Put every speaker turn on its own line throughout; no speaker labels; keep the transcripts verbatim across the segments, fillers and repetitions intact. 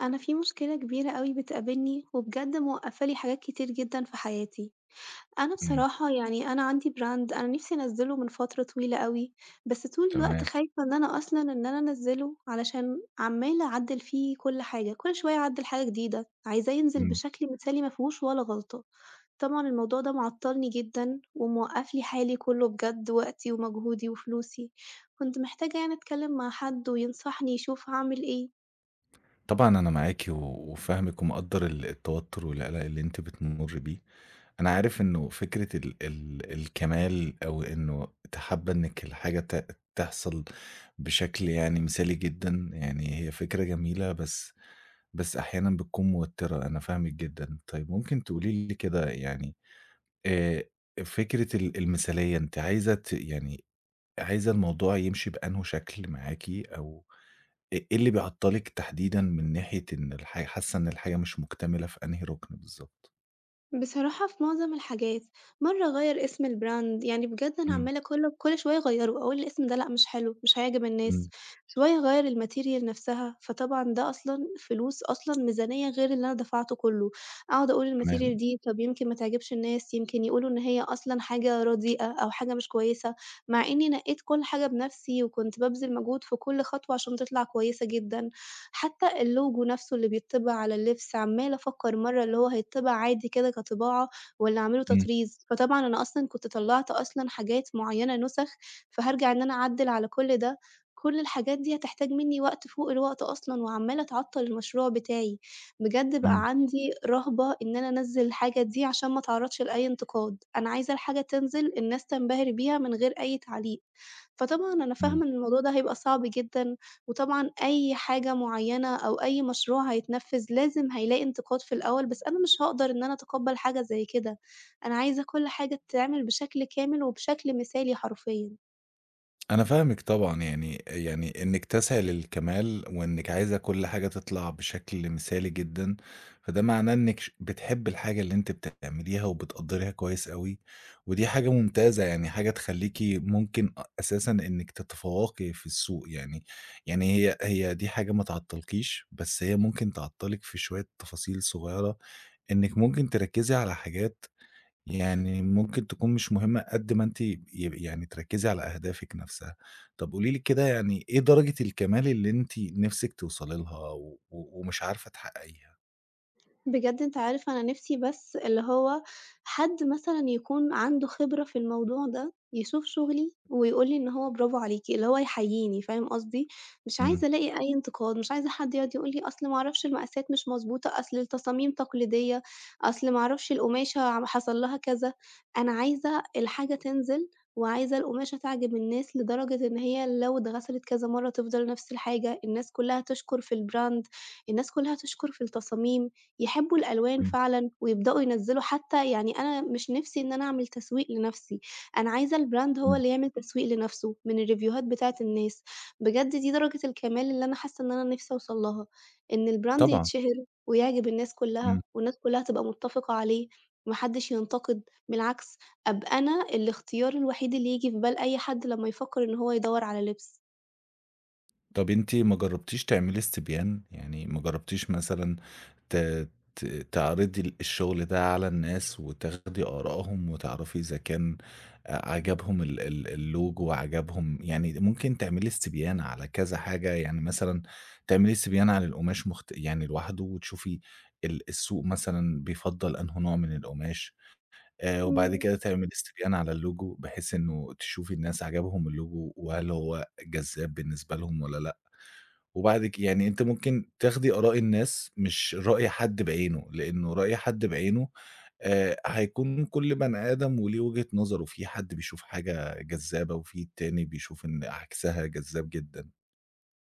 أنا في مشكلة كبيرة أوي بتقابلني، وبجد موقفة لي حاجات كتير جدًا في حياتي. أنا
إمم،
بصراحة يعني أنا عندي brand أنا نفسي أنزّله من فترة طويلة أوي، بس طول الوقت
تمام،
خايفة إن أنا أصلًا إن أنا أنزّله، علشان عمّالة أعدّل فيه كل حاجة، كل شوية أعدّل حاجة جديدة، عايزاه ينزل
إمم.
بشكل مثالي ما فيهوش ولا غلطة. طبعًا الموضوع ده معطّلني جدًا، وموقّف لي حالي كله بجد وقتي ومجهودي وفلوسي. كنت محتاجة يعني أتكلم مع حد وينصحني يشوف هاعمل إيه.
طبعًا أنا معاكِ و وفاهمِك ومقدّر ال التوتر والقلق اللي أنتِ بتمُرّي بيه. أنا عارف إنه فكرة ال ال الكمال أو إنه أنتِ حابة إنِّك الحاجة ت تحصل بشكل يعني مثالي جدًا، يعني هي فكرة جميلة بس بس أحيانًا بتكون موتِّرة، أنا فاهمِك جدًا. طيب ممكن تقولي لي كده يعني آآ فكرة ال المثالية أنتِ عايزة ت يعني عايزة الموضوع يمشي بأنهو شكل معاكِ أو إ إيه اللي بيعطّلِك تحديدًا من ناحية إن الحاجة حاسة إن الحاجة مش مكتملة في أنهي رُكن بالضبط؟
بصراحة في معظم الحاجات، مرّة أغيّر اسم الbrand يعني بجد أنا
إمم،
عمّالة كل كل شوية أغيّره، أقول الاسم ده لأ مش حلو، مش هيعجب الناس،
إمم،
شوية أغيّر الmaterial نفْسها، فطبعًا ده أصلًا فلوس أصلًا ميزانية غير اللي أنا دفعته كلّه، أقعد أقول الmaterial
تمام،
دي طَب يمكن ما تعجبش الناس، يمكن يقولوا إن هي أصلًا حاجة رديئة أو حاجة مش كويسة، مع إني نقّيت كل حاجة بنفْسي وكنت بابذل مجهود في كل خطوة عشان تطلع كويسة جدًا. حتى الLogo نفسه اللي بيتّبع على اللبس، عمّالة أفكّر مرّة اللي هو هيتّبع عادي كده كطباعة والّا أعمله
إمم،
تطريز، فطبعًا أنا أصلًا كنت طلّعت أصلًا حاجات معيّنة نُسَخ، فهارجع إن أنا أعدِّل على كل ده، كل الحاجات دي هتحتاج منّي وقت فوق الوقت أصلًا وعمّالة تعطّل المشروع بتاعي، بجد بقى
إمم،
عندي رهبة إن أنا أنزّل الحاجة دي عشان ما اتعرّضش لأي انتقاد، أنا عايزة الحاجة تنزل الناس تنبهر بيها من غير أي تعليق. فطبعًا أنا
إمم.
فاهمة إن الموضوع ده هيبقى صعب جدًا، وطبعًا أي حاجة معيّنة أو أي مشروع هيتنفّذ لازم هيلاقي انتقاد في الأول، بس أنا مش هاقدر إن أنا أتقبّل حاجة زي كده، أنا عايزة كل حاجة تتعمل بشكل كامل وبشكل مثالي حرفيًا.
أنا فاهمِك طبعًا، يعني يعني إنِّك تسعي للكمال وإنِّك عايزة كل حاجة تطلع بشكل مثالي جدًا، فده معناه إنِّك ش بتحبّي الحاجة اللي أنتِ بتعمليها وبتقدّريها كويس أوي، ودي حاجة ممتازة، يعني حاجة تخلّيكِ ممكن أ أساسًا إنِّك تتفوّقي في السوق يعني، يعني هي هي دي حاجة ما تعطّلكيش، بس هي ممكن تعطّلِك في شوية تفاصيل صغيرة، إنِّك ممكن تركّزي على حاجات يعني ممكن تكون مش مهمة قد ما أنتِ ي يعني تركّزي على أهدافِك نفسها. طب قولي لي كده يعني إيه درجة الكمال اللي أنتِ نِفْسِك توصلي لها و و ومش عارفة تحققيها؟
بجد أنت عارف أنا نِفْسي بس اللي هو حد مثلًا يكون عنده خبرة في الموضوع ده، يشوف شُغلي ويقول لي إن هو برافو عليكِ، اللي هو يحيّيني، فاهم قصدي؟ مش
إمم،
عايزة ألاقي أي انتقاد، مش عايزة حد يقعد يقول لي أصل ما أعرفش المقاسات مش مضبوطة، أصل التصاميم تقليدية، أصل ما أعرفش القماشة عم حصل لها كذا. أنا عايزة الحاجة تنزل وعايزة القماشة تعجب الناس لدرجة إن هي لو اتغسلت كذا مرّة تفضل نَفْس الحاجة، الناس كُلّها تشكُر في الbrand، الناس كُلّها تشكُر في التصاميم. يحبّوا الألوان
إمم،
فعلًا ويبدؤوا ينزّلوا حتى يعني أنا مش نِفْسي إن أنا أعمل تسويق لنَفْسي، أنا عايزة الbrand هو
إمم،
اللي يعمل تسويق لنَفْسه من الريفيوهات بتاعة الناس، بجد دي درجة الكمال اللي أنا حاسّة إن أنا نِفْسي أوصل لها، إن الbrand
طبعًا،
يتشهر ويعجب الناس كُلّها
إمم.
والناس كُلّها تبقى متّفقة عليه، ما حدّش ينتقد، بالعكس أبقى أنا الاختيار الوحيد اللي ييجي في بال أي حد لمّا يفكّر إن هو يدوّر على لِبْس.
طب أنتِ ما جرّبتيش تعملي استبيان؟ يعني ما جرّبتيش مثلًا ت ت تعرضي ال الشغل ده على الناس وتاخدي آرائهم وتعرفي إذا كان أ عجبهم ال ال الLogo عجبهم يعني ممكن تعملي استبيان على كذا حاجة، يعني مثلًا تعملي استبيان على القماش مخت يعني لوحده وتشوفي ال السوق مثلًا بيفضّل أنهو نوع من القماش، آآ وبعد
إمم.
كده تعملي استبيان على الLogo بحيث إنه تشوفي الناس عجبهم الLogo وهل هو جذاب بالنسبة لهم والّا لأ. وبعد ك يعني أنتِ ممكن تاخدي آراء الناس مش رأي حد بعينه، لإنه رأي حد بعينه آآ، هيكون كل بني آدم وليه وجهة نظره، في حد بيشوف حاجة جذابة وفي التاني بيشوف إن عكسها جذاب جدًا.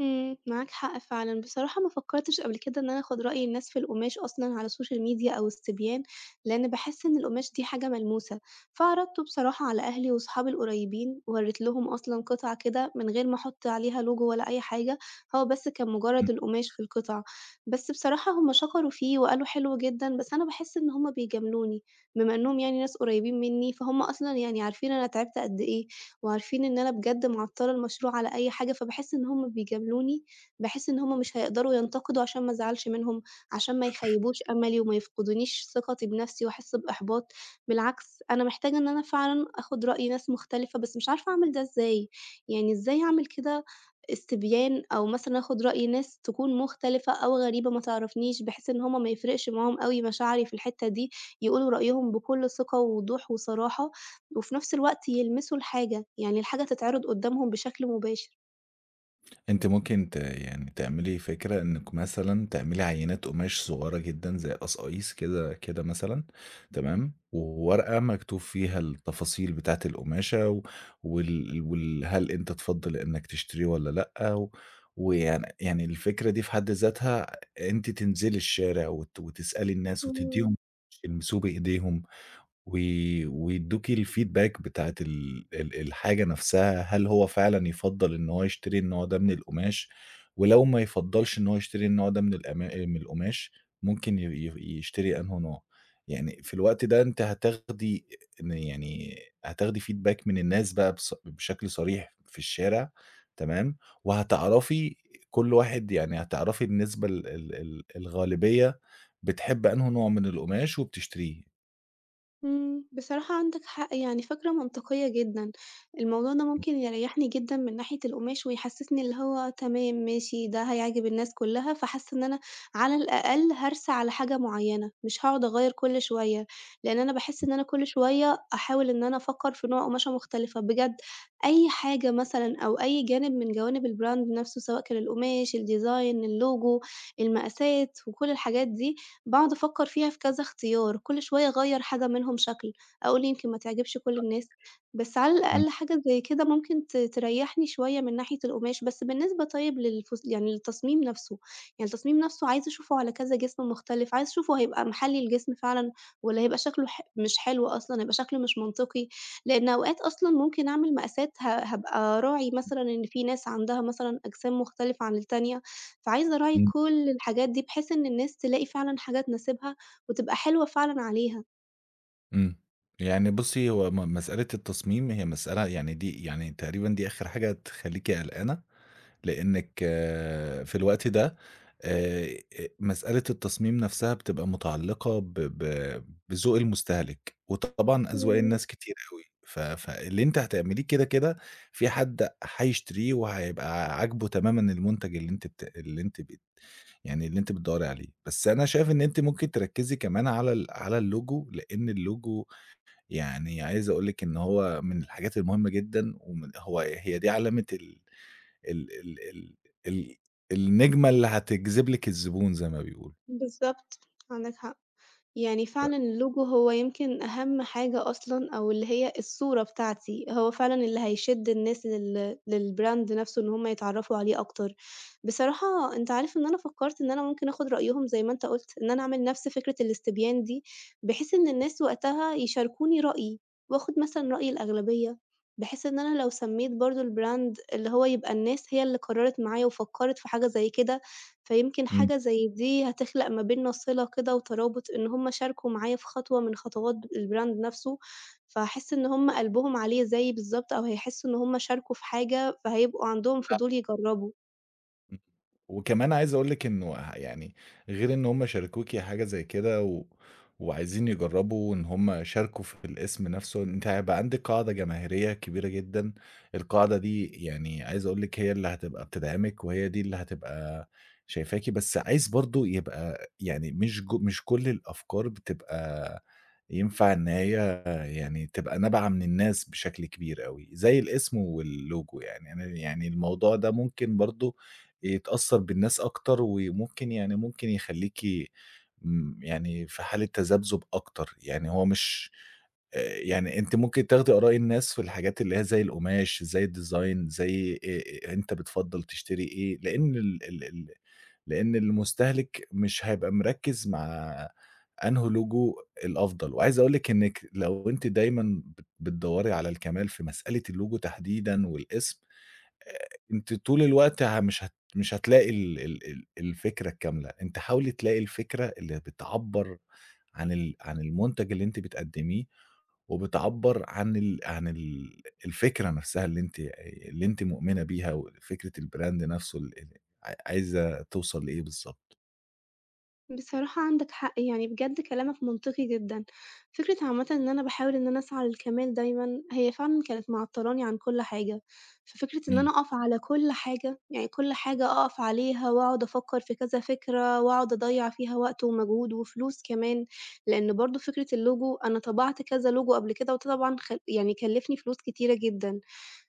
إمم، معاك حق فعلًا، بصراحة ما فكّرتش قبل كده إن أنا آخُد رأي الناس في القماش أصلًا على السوشيال ميديا أو الصبيان، لإن باحس إن القماش دي حاجة ملموسة، فعرضته بصراحة على أهلي وصحابي القريبين، ورّيت لهم أصلًا قطعة كده من غير ما أحُط عليها logo ولا أي حاجة، هو بس كان مجرّد القماش في القطعة، بس بصراحة هم شكروا فيه وقالوا حلو جدًا، بس أنا باحس إن هم بيجاملوني، بما إنّهم يعني ناس قريبين منّي، فهُم أصلًا يعني عارفين أنا تعبت قد إيه. وعارفين إن أنا بجد معطّلة المشروع على أي حاجة، فباحس إن هُم بيجاملوني، باحس إن هُم مش هيقدروا ينتقدوا عشان ما أزعلش منهم، عشان ما يخيّبوش أملي وما يفقدونيش ثقتي بنفسي وأحس بإحباط، بالعكس أنا محتاجة إن أنا فعلًا آخُد رأي ناس مختلفة، بس مش عارفة أعمل ده إزاي، يعني إزاي أعمل كده استبيان أو مثلًا آخُد رأي ناس تكون مختلفة أو غريبة ما تعرفنيش، بحيث إن هُم ما يفرقش معاهم أوي مشاعري في الحتّة دي، يقولوا رأيهم بكل ثقة ووضوح وصراحة. وفي نفس الوقت يلمسوا الحاجة، يعني الحاجة تتعرض قدّامهم بشكل مباشر.
أنتِ ممكن ت يعني تعملي فكرة إنِّك مثلًا تعملي عينات قماش صغيرة جدًا زي قصاقيص كده كده مثلًا تمام، وورقة مكتوب فيها التفاصيل بتاعة القماشة و وال وال هل أنت تفضّل إنّك تشتريه والّا لأ، و ويعني يعني الفكرة دي في حد ذاتها أنتِ تنزلي الشارع وت وتسألي الناس
إمم.
وتدّيهم يلمسوه بإيديهم. و ويدّوكِ الfeedback بتاعة ال ال الحاجة نفْسها، هل هو فعلًا يفضّل إن هو يشتري النوع ده من القماش، ولو ما يفضّلش إن هو يشتري النوع ده من القما من القماش، ممكن ي ي يشتري أنهو نوع. يعني في الوقت ده أنتِ هتاخدي إن يعني هتاخدي feedback من الناس بقى بص بشكل صريح في الشارع تمام، وهتعرفي كل واحد يعني هتعرفي النسبة ال ال ال الغالبية بتحب أنهو نوع من القماش وبتشتريه.
إمم، بصراحة عندك حق، يعني فكرة منطقية جدًا، الموضوع ده ممكن يريّحني جدًا من ناحية القماش ويحسّسني اللي هو تمام ماشي، ده هيعجب الناس كلّها، فحاسة إن أنا على الأقل هارسى على حاجة معيّنة، مش هاقعد أغيّر كل شوية، لإن أنا باحس إن أنا كل شوية أحاول إن أنا أفكّر في نوع قماشة مختلفة، بجد أي حاجة مثلًا أو أي جانب من جوانب الbrand نَفْسه، سواء كان القماش، الdesign، اللوجو، المقاسات، وكل الحاجات دي، باقعد أفكّر فيها في كذا اختيار، كل شوية أغيّر حاجة منهم شكل، أقول يمكن ما تعجبش كل الناس، بس على
إمم،
الأقل حاجة زي كده ممكن ت تريّحني شوية من ناحية القماش، بس بالنسبة طيب للفس يعني للتصميم نَفْسه، يعني التصميم نَفْسه عايزة أشوفه على كذا جسم مختلف، عايزة أشوفه هيبقى محلّي الجسم فعلًا والّا هيبقى شكله ح مش حلو أصلًا، هيبقى شكله مش منطقي، لإن أوقات أصلًا ممكن أعمل مقاسات ه هابقى راعي مثلًا إن في ناس عندها مثلًا أجسام مختلفة عن التانية. فعايزة أراعي
إمم.
كل الحاجات دي، بحيث إن الناس تلاقي فعلًا حاجة تناسبها وتبقى حلوة فعلًا عليها.
إمم. يعني بُصّي، هو م مسألة التصميم هي مسألة يعني دي يعني تقريبًا دي آخر حاجة تخلّيكِ قلقانة، لإنِّك آه، في الوقت ده آآ أ مسألة التصميم نَفْسها بتبقى مُتعلّقة ب ب بذوق المستهلك، وطبعًا أذواق
إمم،
الناس كتير أوي، ف فاللي أنتِ هتعمليه كده، كده في حد هيشتريه وهيبقى عاجبه تمامًا المنتج اللي أنتِ بت اللي أنتِ بت يعني اللي أنتِ بتدوّري عليه. بس أنا شايف إن أنتِ ممكن تركّزي كمان على ال على اللوجو، لإن اللوجو يعني عايز أقول لِك إن هو من الحاجات المهمة جدًا، ومن هو هي دي علامة ال ال ال ال ال النجمة اللي هتجذب لِك الزبون زي ما بيقولوا،
بالضبط، عندك حق. يعني
ف
فعلًا اللوجو هو يمكن أهم حاجة أصلًا أو اللي هي الصورة بتاعتي، هو فعلًا اللي هيشد الناس لل للbrand نفسه إن هُم يتعرّفوا عليه أكتر. بصراحة أنت عارف إن أنا فكّرت إن أنا ممكن آخُد رأيهم زي ما أنت قُلت، إن أنا أعمل نفس فكرة الاستبيان دي، بحيث إن الناس وقتها يشاركوني رأيي وآخُد مثلًا رأي الأغلبية، بحيث إن أنا لو سمّيت برضه الbrand اللي هو يبقى الناس هي اللي قرّرت معايا وفكّرت في حاجة زي كده، فيمكن
إمم.
حاجة زي دي هتخلق ما بيننا صِلة كده وترابط، إن هُم شاركوا معايا في خطوة من خطوات الbrand نَفْسه، فهاحس إن هُم قلبهم عليه زيي بالضبط أو هيحسّوا إن هُم شاركوا في حاجة، فهيبقوا عندهم فضول يجرّبوا.
إمم، وكمان عايز أقول لِك إنه ه يعني غير إن هُم شاركوكِ حاجة زي كده و وعايزين يجرّبوا إن هُم شاركوا في الاسم نفسه، أنتِ هيبقى عندِك قاعدة جماهيرية كبيرة جدًا، القاعدة دي يعني عايز أقول لِك هي اللي هتبقى بتدعمِك وهي دي اللي هتبقى شايفاكِ، بس عايز برضه يبقى يعني مش ج مش كل الأفكار بتبقى ينفع إن هي يعني تبقى نابعة من الناس بشكل كبير أوي، زي الاسم والLogo يعني أنا يعني الموضوع ده ممكن برضه يتأثّر بالناس أكتر، وممكن يعني ممكن يخلّيكِ امم، يعني في حالة تذبذب أكتر، يعني هو مش آآ، يعني أنتِ ممكن تاخدي آراء الناس في الحاجات اللي هي زي القماش، زي الdesign زي آآ، أنت بتفضّل تشتري إيه، لإن ال ال ال لإن المستهلك مش هيبقى مركّز مع أنهو logo الأفضل، وعايز أقول لِك إنِّك لو أنتِ دايمًا بت بتدوّري على الكمال في مسألة الlogo تحديدًا والاسم آآ أنتِ طول الوقت ه مش هت مش هتلاقي ال ال ال الفكرة الكاملة، أنتِ حاولي تلاقي الفكرة اللي بتعبّر عن ال عن المنتج اللي أنتِ بتقدّميه، وبتعبّر عن ال عن ال الفكرة نفسها اللي أنتِ اللي أنتِ مؤمنة بيها، وفكرة الbrand نفسه ال ال ع عايزة توصل لإيه بالضبط.
بصراحة عندك حق، يعني بجد كلامك منطقي جدًا. فكرة عامةً إن أنا باحاول إن أنا أسعى للكمال دايمًا، هي فعلًا كانت معطّلاني عن كل حاجة. ففكرة إن
إمم،
أنا أقف على كل حاجة، يعني كل حاجة أقف عليها وأقعد أفكّر في كذا فكرة وأقعد أضيّع فيها وقت ومجهود وفلوس كمان، لإن برضه فكرة الLogo أنا طبعت كذا Logo قبل كده وده طبعًا خ يعني كلّفني فلوس كتيرة جدًا.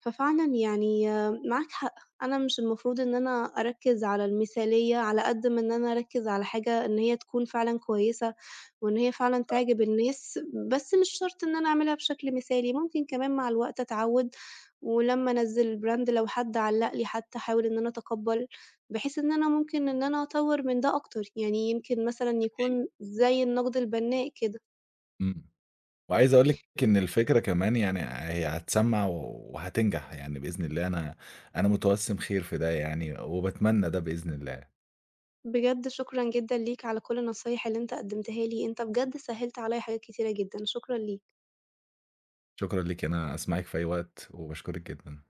ففعلًا يعني آه، معاك حق، أنا مش المفروض إن أنا أركّز على المثالية على قد ما إن أنا أركّز على حاجة إن هي تكون فعلًا كويسة، وإن هي فعلًا تعجب الناس، بس مش شرط إن أنا أعملها بشكل مثالي، ممكن كمان مع الوقت أتعوّد، ولمّا أنزّل brand لو حد علّق لي حتى أحاول إن أنا أتقبّل، بحيث إن أنا ممكن إن أنا أطوّر من ده أكتر، يعني يمكن مثلًا يكون زي النقد البناء كده.
إمم. وعايز أقول لِك إن الفكرة كمان يعني هي هتسمّع و- وهتنجح يعني بإذن الله، أنا أنا متوسّم خير في ده يعني، وباتمنى ده بإذن الله.
بجد شكرًا جدًا ليك على كل النصايح اللي أنت قدّمتها لي، أنت بجد سهّلت عليّا حاجات كتيرة جدًا، شكرًا ليك.
شكرًا ليكِ، أنا أسمعِك في أي وقت، وباشكرِك جدًا.